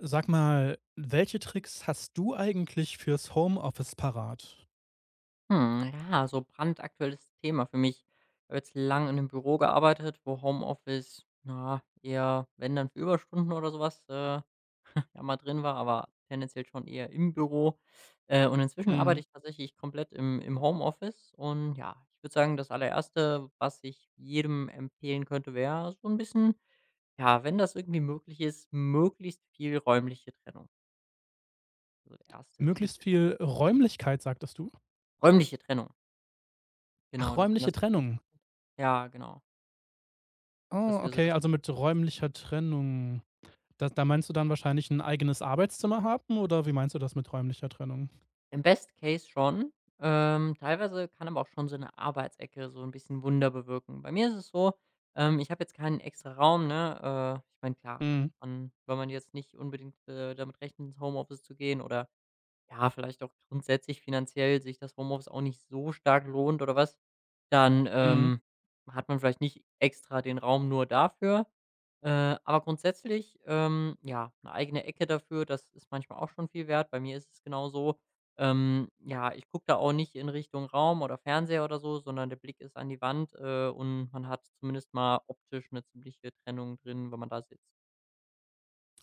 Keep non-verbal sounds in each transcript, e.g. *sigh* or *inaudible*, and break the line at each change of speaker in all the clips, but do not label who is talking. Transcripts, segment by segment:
Sag mal, welche Tricks hast du eigentlich fürs Homeoffice parat?
Hm, ja, so brandaktuelles Thema für mich. Ich habe jetzt lang in einem Büro gearbeitet, wo Homeoffice, na, eher, wenn dann für Überstunden oder sowas, *laughs* ja mal drin war, aber tendenziell schon eher im Büro. Und inzwischen
Mhm.
arbeite ich tatsächlich komplett im Homeoffice. Und ja, ich würde sagen, das allererste, was ich jedem empfehlen könnte, wäre so ein bisschen, ja, wenn das irgendwie möglich ist, möglichst viel räumliche Trennung. Also der erste Tipp,
Möglichst
ja.
viel Räumlichkeit, sagtest du?
Räumliche Trennung.
Ach,
Genau, dass man
räumliche
das wirklich,
Trennung.
ja, genau.
Oh,
Das wäre so
okay,
das
also mit räumlicher Trennung. Da meinst du dann wahrscheinlich ein eigenes Arbeitszimmer haben oder wie meinst du das mit räumlicher Trennung?
im Best Case schon. Teilweise kann aber auch schon so eine Arbeitsecke so ein bisschen Wunder bewirken. Bei mir ist es so, ich habe jetzt keinen extra Raum, ne? Ich meine, klar,
Mhm,
man wenn man jetzt nicht unbedingt, damit rechnet, ins Homeoffice zu gehen oder, ja, vielleicht auch grundsätzlich finanziell sich das Homeoffice auch nicht so stark lohnt oder was, dann,
mhm.
hat man vielleicht nicht extra den Raum nur dafür. Aber grundsätzlich, ja, eine eigene Ecke dafür, das ist manchmal auch schon viel wert. Bei mir ist es genau so, ja, ich gucke da auch nicht in Richtung Raum oder Fernseher oder so, sondern der Blick ist an die Wand, und man hat zumindest mal optisch eine ziemliche Trennung drin, wenn man da sitzt.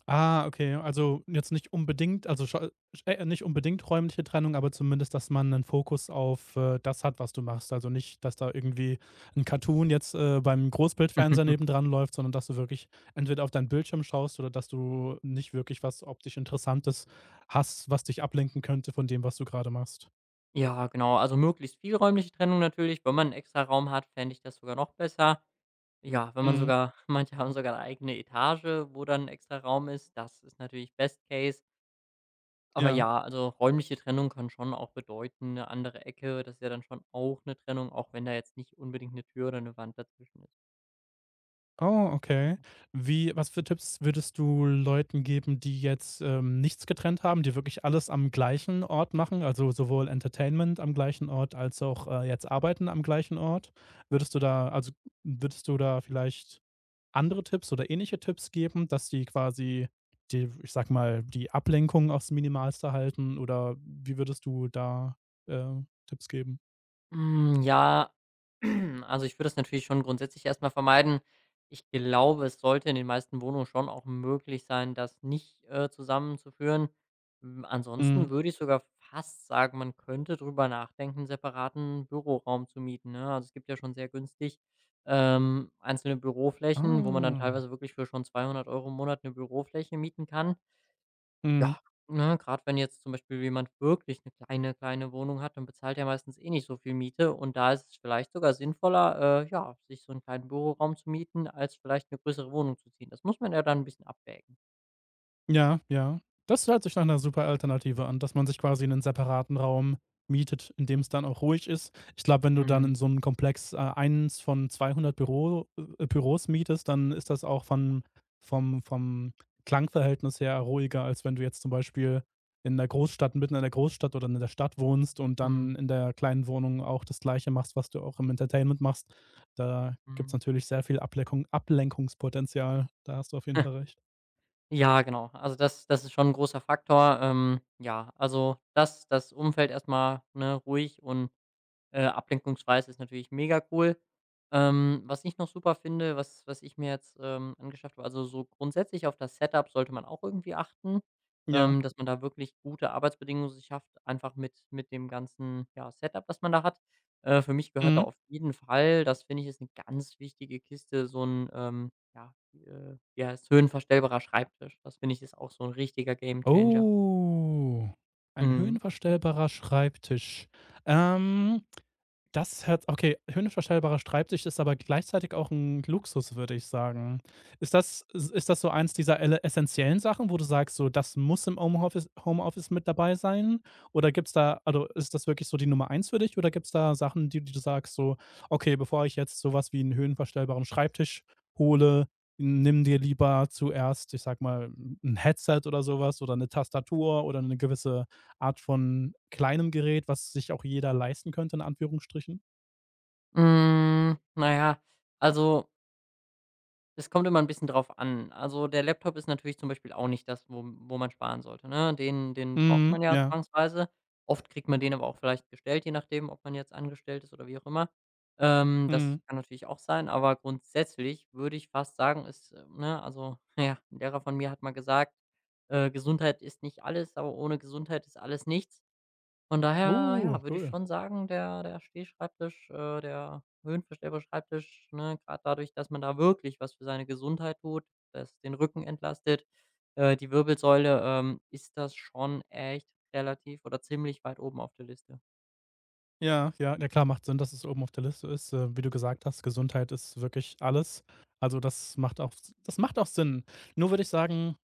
Ah, okay. Also jetzt nicht unbedingt, also scha nicht unbedingt räumliche Trennung, aber zumindest, dass man einen Fokus auf, das hat, was du machst. Also nicht, dass da irgendwie ein Cartoon jetzt, beim Großbildfernseher
*laughs*
nebendran läuft, sondern dass du wirklich entweder auf deinen Bildschirm schaust oder dass du nicht wirklich was optisch Interessantes hast, was dich ablenken könnte von dem, was du gerade machst.
Ja, genau, also möglichst viel räumliche Trennung natürlich. Wenn man 'n extra Raum hat, fände ich das sogar noch besser. Ja, wenn man
Mhm,
sogar *laughs* manche haben sogar 'ne eigene Etage, wo dann 'n extra Raum ist, das ist natürlich Best Case. Aber
ja.
ja, also räumliche Trennung kann schon auch bedeuten, eine andere Ecke. Das ist ja dann schon auch eine Trennung, auch wenn da jetzt nicht unbedingt eine Tür oder eine Wand dazwischen ist.
Oh, okay. Wie, was für Tipps würdest du Leuten geben, die jetzt, nichts getrennt haben, die wirklich alles am gleichen Ort machen, also sowohl Entertainment am gleichen Ort als auch, jetzt Arbeiten am gleichen Ort? Würdest du da also würdest du da vielleicht andere Tipps oder ähnliche Tipps geben, dass die quasi, die, ich sag mal, die Ablenkung aufs Minimalste halten oder wie würdest du da, äh, Tipps geben?
Hm, ja, *clears throat* also, ich würde das natürlich schon grundsätzlich erstmal vermeiden. Ich glaube, es sollte in den meisten Wohnungen schon auch möglich sein, das nicht, zusammenzuführen. Hm,
Mhm.
ansonsten würde ich sogar fast sagen, man könnte drüber nachdenken, einen separaten Büroraum zu mieten, ne? Also, es gibt ja schon sehr günstig, einzelne Büroflächen, wo man dann
Ah.
teilweise wirklich für schon 200 Euro im Monat eine Bürofläche mieten kann.
Mhm.
Ja, ne, grad wenn jetzt zum Beispiel jemand wirklich eine kleine, kleine Wohnung hat, dann bezahlt er meistens eh nicht so viel Miete und da ist es vielleicht sogar sinnvoller, ja, sich so einen kleinen Büroraum zu mieten, als vielleicht eine größere Wohnung zu ziehen. Das muss man ja dann ein bisschen abwägen.
Ja, ja. Das hört sich nach einer super Alternative an, dass man sich quasi einen separaten Raum mietet, in dem es dann auch ruhig ist. Ich glaube, wenn du dann
Mhm,
in so einem Komplex, 1 von 200 Büros mietest, dann ist das auch von vom vom Klangverhältnis her ruhiger, als wenn du jetzt zum Beispiel in der Großstadt mitten in der Großstadt oder in der Stadt wohnst und dann
mhm,
in der kleinen Wohnung auch das Gleiche machst, was du auch im Entertainment machst. Da gibt's
mhm.
natürlich sehr viel Ablenkungspotenzial. Da hast du auf jeden Fall
*laughs*
recht.
Ja, genau. Also, das ist schon ein großer Faktor. Ja, also, das Umfeld erstmal, ne, ruhig und ablenkungsweise ist natürlich mega cool. Was ich noch super finde, was ich mir jetzt, angeschafft habe, also, so grundsätzlich auf das Setup sollte man auch irgendwie achten,
Ja.
dass man da wirklich gute Arbeitsbedingungen sich schafft, einfach mit dem ganzen, ja, Setup, das man da hat. Für mich gehört da
Mhm.
auf jeden Fall, das finde ich, ist eine ganz wichtige Kiste, so ein ja, wie heißt's, höhenverstellbarer Schreibtisch. Das finde ich, ist auch so ein richtiger Gamechanger.
Oh, ein
Mhm.
höhenverstellbarer Schreibtisch. Ähm, das hört okay, höhenverstellbarer Schreibtisch ist aber gleichzeitig auch ein Luxus, würde ich sagen. Ist das so eins dieser elle essenziellen Sachen, wo du sagst, so: „Das muss im Homeoffice mit dabei sein?" Oder gibt es da, also, ist das wirklich so die Nummer eins für dich oder gibt es da Sachen, die du sagst, so: „Okay, bevor ich jetzt so was wie einen höhenverstellbaren Schreibtisch hole, nimm dir lieber zuerst, ich sag mal, ein Headset oder sowas oder eine Tastatur oder eine gewisse Art von kleinem Gerät, was sich auch jeder leisten könnte in Anführungsstrichen?"
Hm, na ja, also es kommt immer ein bisschen drauf an. Also, der Laptop ist natürlich zum Beispiel auch nicht das, wo man sparen sollte, ne? Den braucht
Mhm,
man ja
ja,
zwangsweise. Oft kriegt man den aber auch vielleicht gestellt, je nachdem, ob man jetzt angestellt ist oder wie auch immer.
mhm.
Das kann natürlich auch sein, aber grundsätzlich würde ich fast sagen, ist, ne, also, *laughs* ja, 'n Lehrer von mir hat mal gesagt, „Gesundheit ist nicht alles, aber ohne Gesundheit ist alles nichts." Von daher,
Uh,
ja, würde ich
cool.
schon sagen, der Stehschreibtisch, der höhenverstellbare Schreibtisch, ne, gerade dadurch, dass man da wirklich was für seine Gesundheit tut, das den Rücken entlastet, die Wirbelsäule, ist das schon echt relativ oder ziemlich weit oben auf der Liste.
Ja, ja, ja klar, macht Sinn, dass es oben auf der Liste ist. Wie du gesagt hast, Gesundheit ist wirklich alles. Also, das macht auch Sinn. Nur würde ich sagen,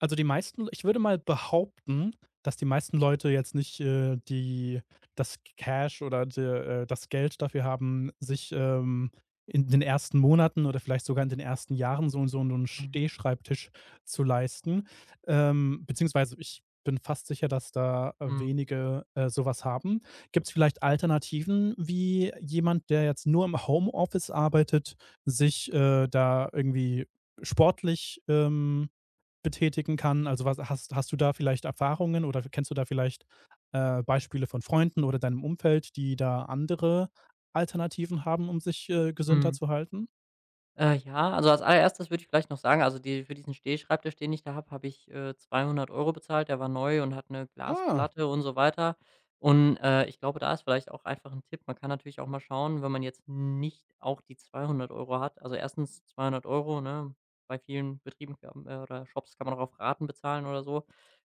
also, die meisten, ich würde mal behaupten, dass die meisten Leute jetzt nicht, die das Cash oder d das Geld dafür haben, sich, in den ersten Monaten oder vielleicht sogar in den ersten Jahren so 'n
Mhm.
Stehschreibtisch zu leisten. Beziehungsweise ich bin fast sicher, dass da,
Mhm.
wenige, so was haben. Gibt's vielleicht Alternativen, wie jemand, der jetzt nur im Homeoffice arbeitet, sich, da irgendwie sportlich, betätigen kann? Also, was hast du da vielleicht Erfahrungen oder kennst du da vielleicht, Beispiele von Freunden oder deinem Umfeld, die da andere Alternativen haben, um sich, gesünder
Mhm.
zu halten?
Ja, also als allererstes würde ich vielleicht noch sagen, also die, für diesen Stehschreibtisch, den ich da habe, habe ich, 200 Euro bezahlt. Der war neu und hat eine
Ah,
Glasplatte und so weiter. Und, ich glaube, da ist vielleicht auch einfach ein Tipp. Man kann natürlich auch mal schauen, wenn man jetzt nicht auch die 200 Euro hat. Also, erstens 200 Euro, ne? Bei vielen Betrieben kann, oder Shops kann man auch auf Raten bezahlen oder so.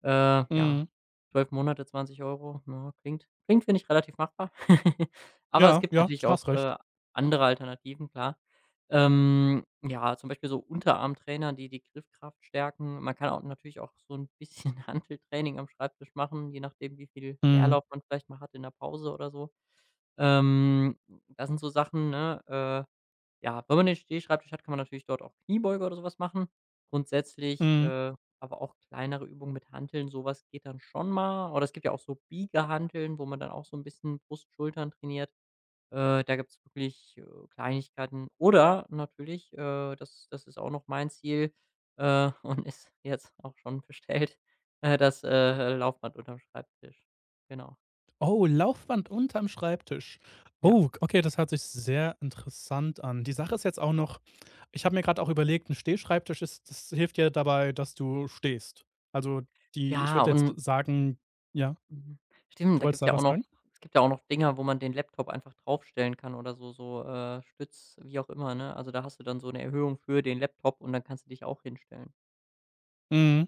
Ja,
mhm.
12 Monate 20 Euro, ja, klingt, finde ich, relativ machbar. *laughs* Aber es
Ja,
gibt
ja,
natürlich
du
auch,
hast recht.
andere Alternativen, klar. Ja, zum Beispiel so Unterarmtrainer, die die Griffkraft stärken. Man kann auch natürlich auch so ein bisschen *laughs* Hanteltraining am Schreibtisch machen, je nachdem, wie viel
Mhm,
Leerlauf man vielleicht mal hat in der Pause oder so. Ähm, das sind so Sachen, ne? Ja, wenn man den Stehschreibtisch hat, kann man natürlich dort auch Kniebeuge oder sowas machen. Grundsätzlich,
mhm.
aber auch kleinere Übungen mit Hanteln, sowas geht dann schon mal. Oder es gibt ja auch so Biegehanteln, wo man dann auch so ein bisschen Brust, Schultern trainiert. Da gibt's wirklich, Kleinigkeiten oder natürlich, das ist auch noch mein Ziel, *laughs* und ist jetzt auch schon bestellt, das, Laufband unterm Schreibtisch. Genau,
Oh, Laufband unterm Schreibtisch.
ja.
Oh, okay, das hört sich sehr interessant an. Die Sache ist jetzt auch noch, ich habe mir gerade auch überlegt, ein Stehschreibtisch ist, das hilft dir dabei, dass du stehst. Also, die, ich
Ja,
würde jetzt
und
sagen, ja,
mhm, stimmt,
du
da
wolltest
gibt's
da
ja auch
was
noch
sagen?
es gibt ja auch noch Dinger, wo man den Laptop einfach draufstellen kann oder so, Stütz, wie auch immer, ne? Also, da hast du dann so eine Erhöhung für den Laptop und dann kannst du dich auch hinstellen.
Mhm.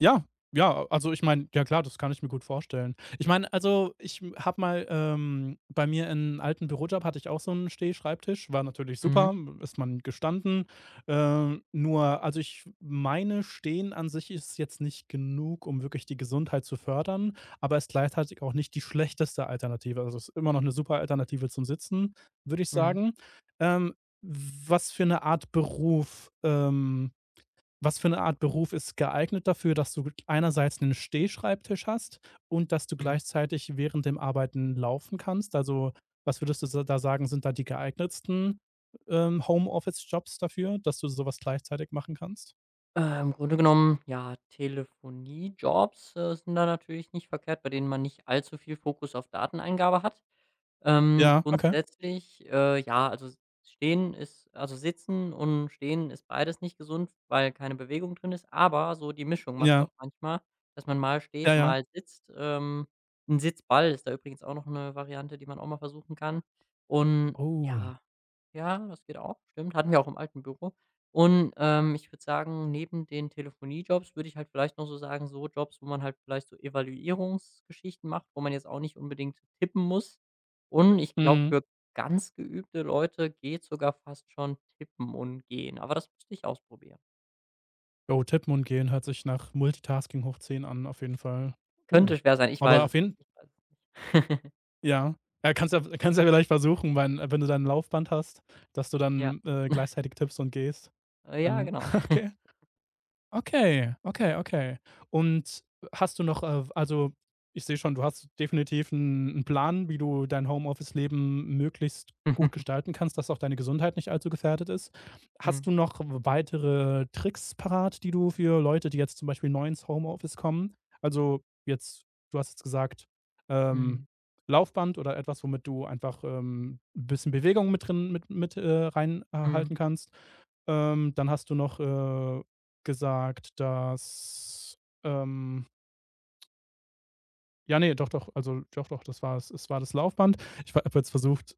Ja, ja, also ich meine, ja klar, das kann ich mir gut vorstellen. Ich meine, also ich habe mal, bei mir in alten Bürojob hatte ich auch so einen Stehschreibtisch, war natürlich
Mhm.
super, ist man gestanden. Nur, also ich meine, Stehen an sich ist jetzt nicht genug, um wirklich die Gesundheit zu fördern, aber ist gleichzeitig auch nicht die schlechteste Alternative. Also es ist immer noch eine super Alternative zum Sitzen, würde ich
Mhm.
sagen. Ähm, was für eine Art Beruf, ähm Was für eine Art Beruf ist geeignet dafür, dass du einerseits einen Stehschreibtisch hast und dass du
Mhm.
gleichzeitig während dem Arbeiten laufen kannst? Also, was würdest du so da sagen, sind da die geeignetsten, Homeoffice-Jobs dafür, dass du sowas gleichzeitig machen kannst?
Im Grunde genommen, ja, Telefoniejobs, sind da natürlich nicht verkehrt, bei denen man nicht allzu viel Fokus auf Dateneingabe hat.
Ja, okay.
Grundsätzlich, ja, also s stehen ist, also sitzen und stehen ist beides nicht gesund, weil keine Bewegung drin ist, aber so die Mischung macht es
Ja,
auch manchmal, dass man mal
ja,
steht,
ja.
mal sitzt. 'N Sitzball ist da übrigens auch noch eine Variante, die man auch mal versuchen kann. Und
Oh.
ja, ja, das geht auch, stimmt. Hatten wir auch im alten Büro. Und, ich würde sagen, neben den Telefoniejobs würde ich halt vielleicht noch so sagen, so Jobs, wo man halt vielleicht so Evaluierungsgeschichten macht, wo man jetzt auch nicht unbedingt tippen muss. Und ich glaube,
Mhm.
für ganz geübte Leute geht sogar fast schon Tippen und Gehen. Aber das müsste ich ausprobieren.
Oh, tippen und gehen hört sich nach Multitasking hoch 10 an, auf jeden Fall. Uh.
Könnte schwer sein, ich
Aber
weiß es
auf
nicht.
jeden,
Ich weiß es *laughs*
ja. Ja, kannst ja, vielleicht versuchen, wenn, du dein Laufband hast, dass du
ja.
dann, gleichzeitig tippst und gehst.
Ja,
Ähm,
genau.
*laughs* okay. Okay, okay, okay. Und hast du noch, also, ich sehe schon, du hast definitiv einen Plan, wie du dein Homeoffice-Leben möglichst gut
*laughs*
gestalten kannst, dass auch deine Gesundheit nicht allzu gefährdet ist. Hast
Mhm.
du noch weitere Tricks parat, die du für Leute, die jetzt zum Beispiel neu ins Homeoffice kommen, also, jetzt, du hast jetzt gesagt, ähm,
Mhm.
Laufband oder etwas, womit du einfach, ein bisschen Bewegung mit drin mit rein,
Mhm.
kannst. Dann hast du noch, gesagt, dass, ähm ja, nee doch, doch, also doch, doch, das war es. Es war das Laufband. Ich habe jetzt versucht,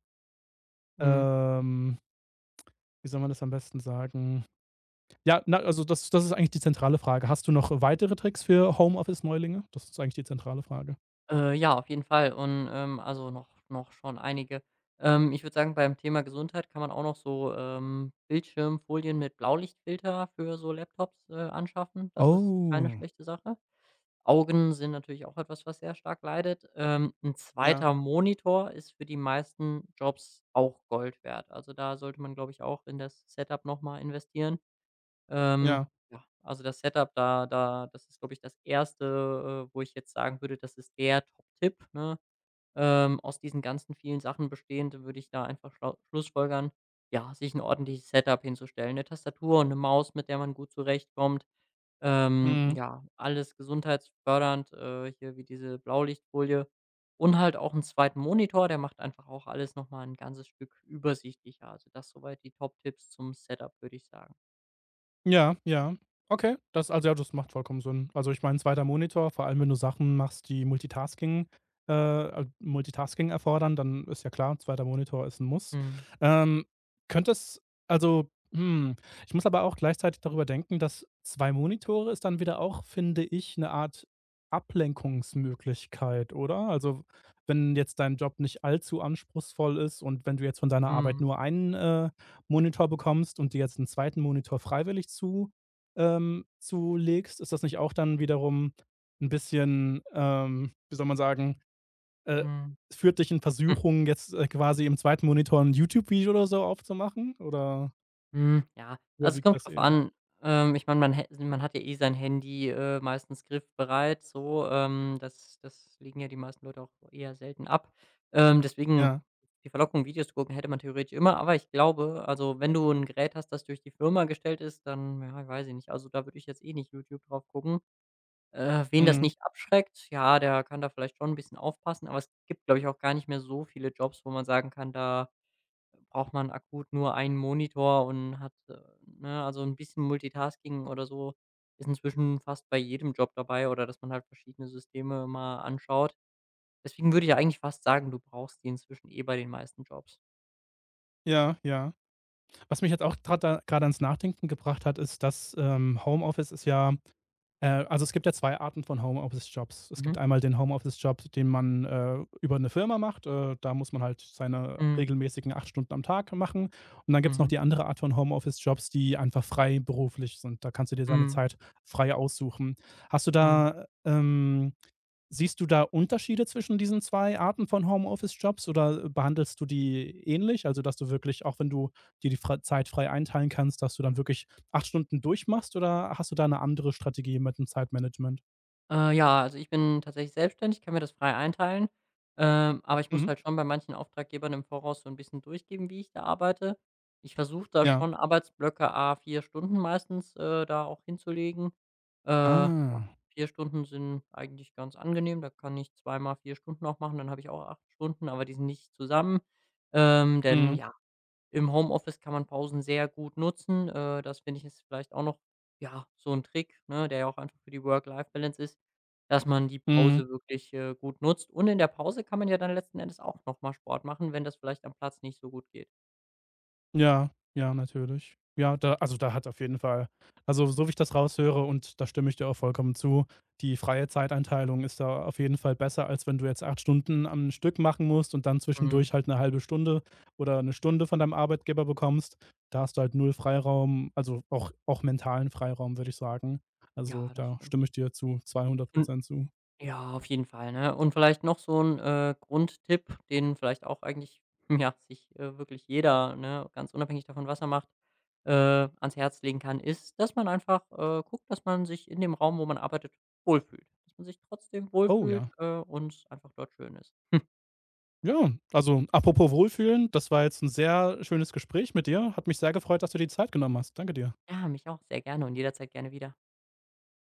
Mhm.
ähm, wie soll man das am besten sagen? Ja, na, also das ist eigentlich die zentrale Frage. Hast du noch weitere Tricks für Homeoffice-Neulinge? Das ist eigentlich die zentrale Frage.
Ja, auf jeden Fall und, also noch schon einige. Ich würde sagen, beim Thema Gesundheit kann man auch noch so, Bildschirmfolien mit Blaulichtfilter für so Laptops, anschaffen. Das ist keine
Oh.
schlechte Sache. Augen sind natürlich auch etwas, was sehr stark leidet. 'N
Ja,
2. Monitor ist für die meisten Jobs auch Gold wert. Also, da sollte man, glaube ich, auch in das Setup noch mal investieren. Ähm,
ja.
ja, also das Setup, da das ist, glaube ich, das erste, wo ich jetzt sagen würde, das ist der Top-Tipp, ne? Aus diesen ganzen vielen Sachen bestehend würde ich da einfach schlau schlussfolgern, ja, sich ein ordentliches Setup hinzustellen, eine Tastatur und eine Maus, mit der man gut zurechtkommt.
Mhm.
Ja, alles gesundheitsfördernd, hier wie diese Blaulichtfolie und halt auch einen zweiten Monitor, der macht einfach auch alles noch mal 'n ganzes Stück übersichtlicher. Also das soweit die Top-Tipps zum Setup, würde ich sagen.
Ja, ja. Okay, das, also, ja, das macht vollkommen Sinn. Also, ich meine, zweiter Monitor, vor allem wenn du Sachen machst, die Multitasking erfordern, dann ist ja klar, zweiter Monitor ist ein Muss.
Mhm.
Ähm, könnte es, also, hm, ich muss aber auch gleichzeitig darüber denken, dass 2 Monitore ist dann wieder auch, finde ich, eine Art Ablenkungsmöglichkeit, oder? Also, wenn jetzt dein Job nicht allzu anspruchsvoll ist und wenn du jetzt von deiner Arbeit
Mhm.
nur einen, Monitor bekommst und dir jetzt einen zweiten Monitor freiwillig zu zulegst, ist das nicht auch dann wiederum ein bisschen, wie soll man sagen, äh,
Mhm.
führt dich in
Hm,
Versuchung, jetzt, quasi im zweiten Monitor ein YouTube-Video oder so aufzumachen oder
hm, ja, also, es
überwiegt
kommt
das
drauf
eher?
an. Ich meine, man hat ja eh sein Handy, meistens griffbereit so, das legen ja die meisten Leute auch eher selten ab.
Ja,
Deswegen die Verlockung, Videos zu gucken, hätte man theoretisch immer, aber ich glaube, also, wenn du ein Gerät hast, das durch die Firma gestellt ist, dann ja, ich weiß ich nicht. Also, da würde ich jetzt eh nicht YouTube drauf gucken. Wen das
mhm.
nicht abschreckt, ja, der kann da vielleicht schon ein bisschen aufpassen, aber es gibt, glaube ich, auch gar nicht mehr so viele Jobs, wo man sagen kann, da braucht man akut nur einen Monitor und hat, ne, also ein bisschen Multitasking oder so ist inzwischen fast bei jedem Job dabei oder dass man halt verschiedene Systeme mal anschaut. Deswegen würde ich eigentlich fast sagen, du brauchst die inzwischen eh bei den meisten Jobs.
Ja, ja. Was mich jetzt auch grade ans Nachdenken gebracht hat, ist, dass, Homeoffice ist ja. Also, es gibt ja 2 Arten von Homeoffice-Jobs. Es
Mhm.
gibt einmal den Homeoffice-Job, den man, über eine Firma macht. Da muss man halt seine
Mhm.
regelmäßigen 8 Stunden am Tag machen. Und dann gibt's noch
Mhm.
die andere Art von Homeoffice-Jobs, die einfach frei beruflich sind. Da kannst du dir deine
Mhm.
Zeit frei aussuchen. Hast du
Mhm.
da, siehst du da Unterschiede zwischen diesen 2 Arten von Homeoffice-Jobs oder behandelst du die ähnlich? Also, dass du wirklich, auch wenn du dir die frei Zeit frei einteilen kannst, dass du dann wirklich 8 Stunden durchmachst oder hast du da eine andere Strategie mit dem Zeitmanagement?
Ja, also ich bin tatsächlich selbstständig, kann mir das frei einteilen, aber ich muss
Mhm.
halt schon bei manchen Auftraggebern im Voraus so ein bisschen durchgeben, wie ich da arbeite. Ich versuche da
Ja.
schon Arbeitsblöcke a 4 Stunden meistens, da auch hinzulegen. Ja,
Ah.
4 Stunden sind eigentlich ganz angenehm, da kann ich zweimal 4 Stunden auch machen, dann habe ich auch 8 Stunden, aber die sind nicht zusammen, denn
Mhm.
ja, im Homeoffice kann man Pausen sehr gut nutzen. Das finde ich ist vielleicht auch noch, ja, so ein Trick, ne, der ja auch einfach für die Work-Life-Balance ist, dass man die
Mhm.
Pause wirklich, gut nutzt. Und in der Pause kann man ja dann letzten Endes auch noch mal Sport machen, wenn das vielleicht am Platz nicht so gut geht.
Ja, ja, natürlich. Ja, da also, da hat auf jeden Fall, also, so wie ich das raushöre und da stimme ich dir auch vollkommen zu, die freie Zeiteinteilung ist da auf jeden Fall besser, als wenn du jetzt 8 Stunden am Stück machen musst und dann
Mhm.
zwischendurch halt eine halbe Stunde oder eine Stunde von deinem Arbeitgeber bekommst. Da hast du halt null Freiraum, also, auch mentalen Freiraum, würde ich sagen. Also,
Ja, das
da
stimmt.
stimme ich dir zu 200 zu.
Ja, auf jeden Fall, ne? Und vielleicht noch so ein Grundtipp, den vielleicht auch eigentlich, *laughs* ja, sich, wirklich jeder, ne, ganz unabhängig davon, was er macht, äh, ans Herz legen kann, ist, dass man einfach, guckt, dass man sich in dem Raum, wo man arbeitet, wohlfühlt. Dass man sich trotzdem
Oh
wohlfühlt,
ja.
und einfach dort schön ist. *laughs*
Ja, also, apropos wohlfühlen, das war jetzt ein sehr schönes Gespräch mit dir. Hat mich sehr gefreut, dass du dir die Zeit genommen hast. Danke dir.
Ja, mich auch sehr gerne und jederzeit gerne wieder.